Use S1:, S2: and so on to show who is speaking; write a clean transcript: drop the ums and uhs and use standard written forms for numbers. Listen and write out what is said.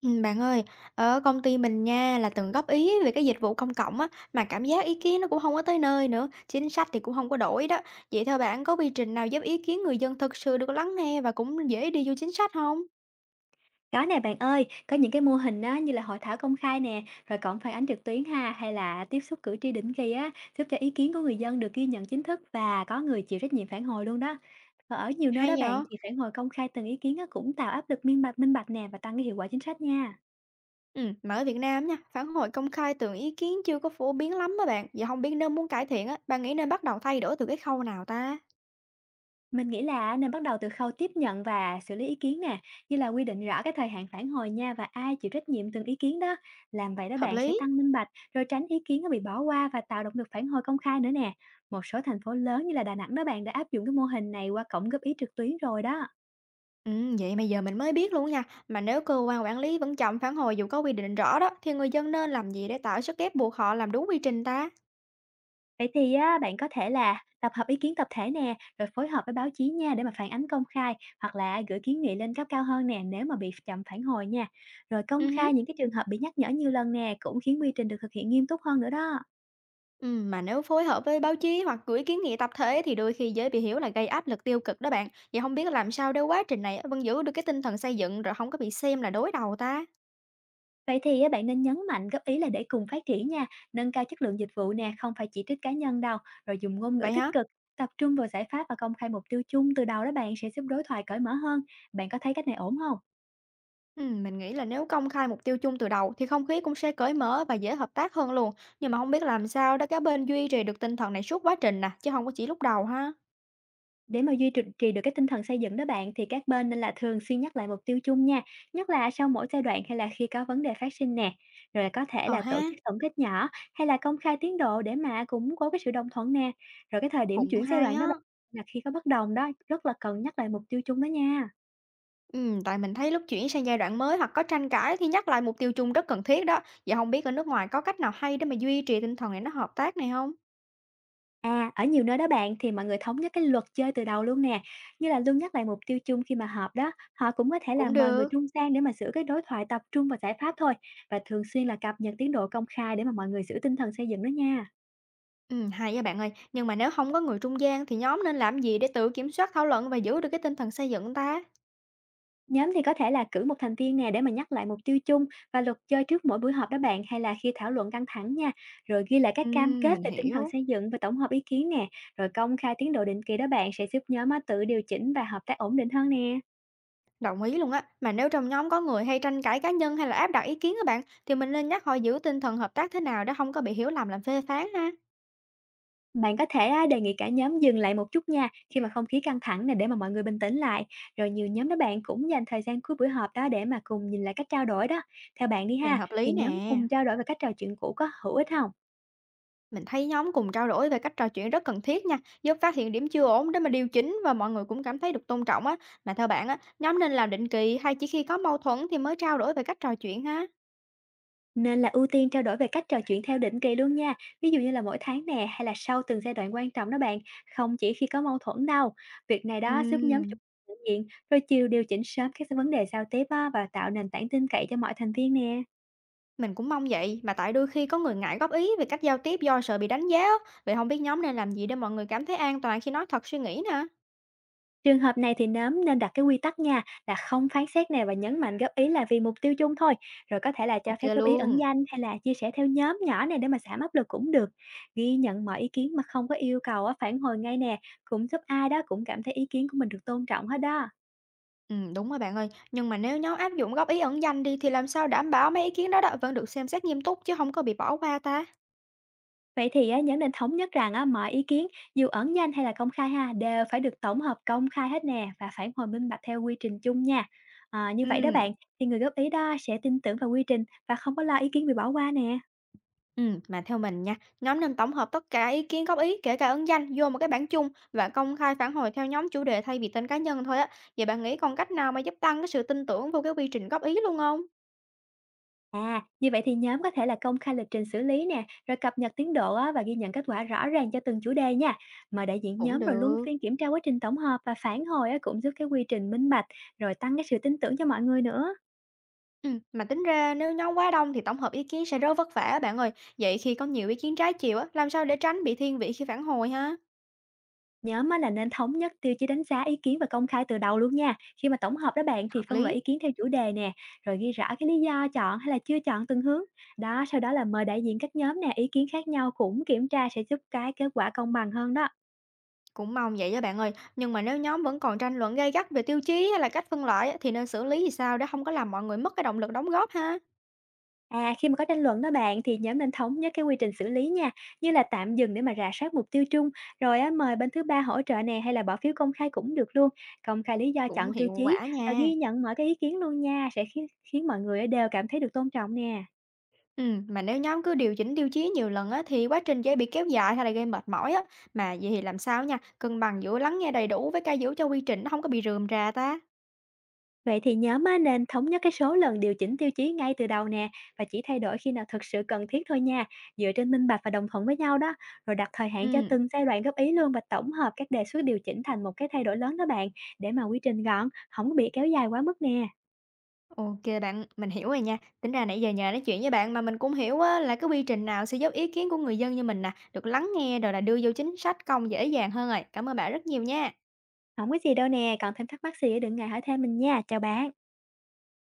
S1: Bạn ơi, ở công ty mình nha là từng góp ý về cái dịch vụ công cộng á mà cảm giác ý kiến nó cũng không có tới nơi nữa, chính sách thì cũng không có đổi đó. Vậy theo bạn có quy trình nào giúp ý kiến người dân thực sự được lắng nghe và cũng dễ đi vô chính sách không?
S2: Có nè bạn ơi, có những cái mô hình á, như là hội thảo công khai nè, rồi cộng phản ánh trực tuyến ha, hay là tiếp xúc cử tri định kỳ á, giúp cho ý kiến của người dân được ghi nhận chính thức và có người chịu trách nhiệm phản hồi luôn đó. Và ở nhiều nơi
S1: Hay
S2: đó bạn
S1: nhở?
S2: thì phản hồi công khai từng ý kiến á, cũng tạo áp lực minh bạch nè và tăng cái hiệu quả chính sách nha.
S1: Ừ, mà ở Việt Nam nha, phản hồi công khai từ ý kiến chưa có phổ biến lắm á bạn. Vậy không biết nếu muốn cải thiện á, bạn nghĩ nên bắt đầu thay đổi từ cái khâu nào ta?
S2: Mình nghĩ là nên bắt đầu từ khâu tiếp nhận và xử lý ý kiến nè, như là quy định rõ cái thời hạn phản hồi nha và ai chịu trách nhiệm từng ý kiến đó. Làm vậy đó
S1: Hợp
S2: bạn sẽ
S1: lý.
S2: tăng minh bạch, rồi tránh ý kiến nó bị bỏ qua và tạo động lực phản hồi công khai nữa nè. Một số thành phố lớn như là Đà Nẵng đó bạn đã áp dụng cái mô hình này qua cổng góp ý trực tuyến rồi đó.
S1: Vậy mà giờ mình mới biết luôn nha. Mà nếu cơ quan quản lý vẫn chậm phản hồi dù có quy định rõ đó, thì người dân nên làm gì để tạo sức ép buộc họ làm đúng quy trình ta?
S2: Vậy thì á, bạn có thể là tập hợp ý kiến tập thể nè, rồi phối hợp với báo chí nha để mà phản ánh công khai hoặc là gửi kiến nghị lên cấp cao hơn nè nếu mà bị chậm phản hồi nha. Rồi công
S1: Ừ hứ.
S2: khai những cái trường hợp bị nhắc nhở nhiều lần nè cũng khiến quy trình được thực hiện nghiêm túc hơn nữa đó.
S1: Mà nếu phối hợp với báo chí hoặc gửi kiến nghị tập thể thì đôi khi dễ bị hiểu là gây áp lực tiêu cực đó bạn. Vậy không biết làm sao để quá trình này vẫn giữ được cái tinh thần xây dựng rồi không có bị xem là đối đầu ta?
S2: Vậy thì á, bạn nên nhấn mạnh góp ý là để cùng phát triển nha, nâng cao chất lượng dịch vụ nè, không phải chỉ trích cá nhân đâu, rồi dùng ngôn ngữ
S1: Vậy
S2: tích
S1: hả?
S2: cực, tập trung vào giải pháp và công khai mục tiêu chung từ đầu đó bạn sẽ giúp đối thoại cởi mở hơn. Bạn có thấy cách này ổn không?
S1: Mình nghĩ là nếu công khai mục tiêu chung từ đầu thì không khí cũng sẽ cởi mở và dễ hợp tác hơn luôn. Nhưng mà không biết làm sao để các bên duy trì được tinh thần này suốt quá trình nè, chứ không có chỉ lúc đầu ha.
S2: Để mà duy trì trì được cái tinh thần xây dựng đó bạn thì các bên nên là thường xuyên nhắc lại mục tiêu chung nha, nhất là sau mỗi giai đoạn hay là khi có vấn đề phát sinh nè. Rồi là có thể
S1: Ờ
S2: là tổ
S1: ha.
S2: chức tổng kết nhỏ hay là công khai tiến độ để mà củng cố cái sự đồng thuận nè. Rồi cái thời điểm
S1: Cũng
S2: chuyển giai
S1: hay
S2: đoạn đó
S1: á.
S2: bạn là khi có bất đồng đó rất là cần nhắc lại mục tiêu chung đó nha.
S1: Tại mình thấy lúc chuyển sang giai đoạn mới hoặc có tranh cãi thì nhắc lại mục tiêu chung rất cần thiết đó. Vậy không biết ở nước ngoài có cách nào hay để mà duy trì tinh thần này nó hợp tác này không?
S2: À, ở nhiều nơi đó bạn thì mọi người thống nhất cái luật chơi từ đầu luôn nè, như là luôn nhắc lại mục tiêu chung khi mà họp đó, họ cũng có thể là
S1: Cũng
S2: mời người
S1: được.
S2: trung gian để mà giữ cái đối thoại tập trung vào giải pháp thôi và thường xuyên là cập nhật tiến độ công khai để mà mọi người giữ tinh thần xây dựng đó nha.
S1: Hay á bạn ơi. Nhưng mà nếu không có người trung gian thì nhóm nên làm gì để tự kiểm soát thảo luận và giữ được cái tinh thần xây dựng ta?
S2: Nhóm thì có thể là cử một thành viên nè để mà nhắc lại mục tiêu chung và luật chơi trước mỗi buổi họp đó bạn hay là khi thảo luận căng thẳng nha, rồi ghi lại các cam kết
S1: Mình
S2: về tinh thần
S1: hiểu.
S2: xây dựng và tổng hợp ý kiến nè, rồi công khai tiến độ định kỳ đó bạn sẽ giúp nhóm á tự điều chỉnh và hợp tác ổn định hơn nè.
S1: Đồng ý luôn á. Mà nếu trong nhóm có người hay tranh cãi cá nhân hay là áp đặt ý kiến các bạn, thì mình nên nhắc họ giữ tinh thần hợp tác thế nào để không có bị hiểu lầm làm phê phán ha?
S2: Bạn có thể á, đề nghị cả nhóm dừng lại một chút nha khi mà không khí căng thẳng này để mà mọi người bình tĩnh lại. Rồi nhiều nhóm đó bạn cũng dành thời gian cuối buổi họp đó để mà cùng nhìn lại cách trao đổi đó. Theo bạn đi
S1: Này
S2: ha,
S1: hợp
S2: thì
S1: lý
S2: nhóm
S1: nè.
S2: cùng trao đổi về cách trò chuyện cũ có hữu ích không?
S1: Mình thấy nhóm cùng trao đổi về cách trò chuyện rất cần thiết nha, giúp phát hiện điểm chưa ổn để mà điều chỉnh và mọi người cũng cảm thấy được tôn trọng á. Mà theo bạn á, nhóm nên làm định kỳ hay chỉ khi có mâu thuẫn thì mới trao đổi về cách trò chuyện ha?
S2: Nên là ưu tiên trao đổi về cách trò chuyện theo định kỳ luôn nha. Ví dụ như là mỗi tháng nè hay là sau từng giai đoạn quan trọng đó bạn, không chỉ khi có mâu thuẫn đâu. Việc này đó giúp nhóm
S1: Ừm.
S2: động nhận diện rồi điều chỉnh sớm các vấn đề giao tiếp á, và tạo nền tảng tin cậy cho mọi thành viên nè.
S1: Mình cũng mong vậy, mà tại đôi khi có người ngại góp ý về cách giao tiếp do sợ bị đánh giá á. Vậy không biết nhóm nên làm gì để mọi người cảm thấy an toàn khi nói thật suy nghĩ nè?
S2: Trường hợp này thì nhóm nên đặt cái quy tắc nha, là không phán xét nè và nhấn mạnh góp ý là vì mục tiêu chung thôi, rồi có thể là cho
S1: Ok
S2: phép góp ý
S1: luôn.
S2: ẩn danh hay là chia sẻ theo nhóm nhỏ này để mà giảm áp lực cũng được. Ghi nhận mọi ý kiến mà không có yêu cầu á, phản hồi ngay nè, cũng giúp ai đó cũng cảm thấy ý kiến của mình được tôn trọng hết đó.
S1: Ừ, đúng rồi bạn ơi, nhưng mà nếu nhóm áp dụng góp ý ẩn danh đi thì làm sao đảm bảo mấy ý kiến đó vẫn được xem xét nghiêm túc chứ không có bị bỏ qua ta?
S2: Vậy thì á, nhóm nên thống nhất rằng á, mọi ý kiến dù ẩn danh hay là công khai ha đều phải được tổng hợp công khai hết nè và phản hồi minh bạch theo quy trình chung nha. À, như vậy đó
S1: Ừ.
S2: bạn thì người góp ý đó sẽ tin tưởng vào quy trình và không có lo ý kiến bị bỏ qua nè.
S1: Mà theo mình nha, nhóm nên tổng hợp tất cả ý kiến góp ý, kể cả ẩn danh vô một cái bảng chung và công khai phản hồi theo nhóm chủ đề thay vì tên cá nhân thôi á. Vậy bạn nghĩ còn cách nào mà giúp tăng cái sự tin tưởng vô cái quy trình góp ý luôn không?
S2: À, như vậy thì nhóm có thể là công khai lịch trình xử lý nè, rồi cập nhật tiến độ á, và ghi nhận kết quả rõ ràng cho từng chủ đề nha. Mời đại diện
S1: Cũng
S2: nhóm rồi luân
S1: được.
S2: phiên kiểm tra quá trình tổng hợp và phản hồi á, cũng giúp cái quy trình minh bạch, rồi tăng cái sự tin tưởng cho mọi người nữa.
S1: Mà tính ra nếu nhóm quá đông thì tổng hợp ý kiến sẽ rất vất vả á bạn ơi. Vậy khi có nhiều ý kiến trái chiều á, làm sao để tránh bị thiên vị khi phản hồi ha?
S2: Nhóm á, là nên thống nhất tiêu chí đánh giá ý kiến và công khai từ đầu luôn nha. Khi mà tổng hợp đó bạn thì
S1: Hợp
S2: phân loại
S1: lý.
S2: ý kiến theo chủ đề nè, rồi ghi rõ cái lý do chọn hay là chưa chọn từng hướng. Đó, sau đó là mời đại diện các nhóm nè, ý kiến khác nhau cũng kiểm tra sẽ giúp cái kết quả công bằng hơn đó.
S1: Cũng mong vậy đó bạn ơi. Nhưng mà nếu nhóm vẫn còn tranh luận gay gắt về tiêu chí hay là cách phân loại á, thì nên xử lý thì sao để không có làm mọi người mất cái động lực đóng góp ha?
S2: À, khi mà có tranh luận đó bạn thì nhóm nên thống nhất cái quy trình xử lý nha, như là tạm dừng để mà rà soát mục tiêu chung, rồi á, mời bên thứ ba hỗ trợ nè hay là bỏ phiếu công khai cũng được luôn. Công khai lý do
S1: Cũng
S2: chọn tiêu
S1: hiệu
S2: chí
S1: quả
S2: và
S1: nha.
S2: ghi nhận mọi cái ý kiến luôn nha, sẽ khiến khiến mọi người á đều cảm thấy được tôn trọng nè.
S1: Ừ mà nếu nhóm cứ điều chỉnh tiêu chí nhiều lần á, thì quá trình dễ bị kéo dài hay là gây mệt mỏi á. Mà vậy thì làm sao nha, cân bằng giữa lắng nghe đầy đủ với cái giữ cho quy trình nó không có bị rườm rà ta?
S2: Vậy thì nhóm á, nên thống nhất cái số lần điều chỉnh tiêu chí ngay từ đầu nè và chỉ thay đổi khi nào thực sự cần thiết thôi nha, dựa trên minh bạch và đồng thuận với nhau đó, rồi đặt thời hạn cho
S1: Ừ,
S2: từng giai đoạn góp ý luôn và tổng hợp các đề xuất điều chỉnh thành một cái thay đổi lớn đó bạn, để mà quy trình gọn, không có bị kéo dài quá mức nè.
S1: ok bạn, mình hiểu rồi nha. Tính ra nãy giờ nhờ nói chuyện với bạn mà mình cũng hiểu á, là cái quy trình nào sẽ giúp ý kiến của người dân như mình nè, được lắng nghe rồi là đưa vô chính sách công dễ dàng hơn rồi. Cảm ơn bạn rất nhiều nha.
S2: Không có gì đâu nè, còn thêm thắc mắc gì á, đừng ngại hỏi thêm mình nha, chào bạn.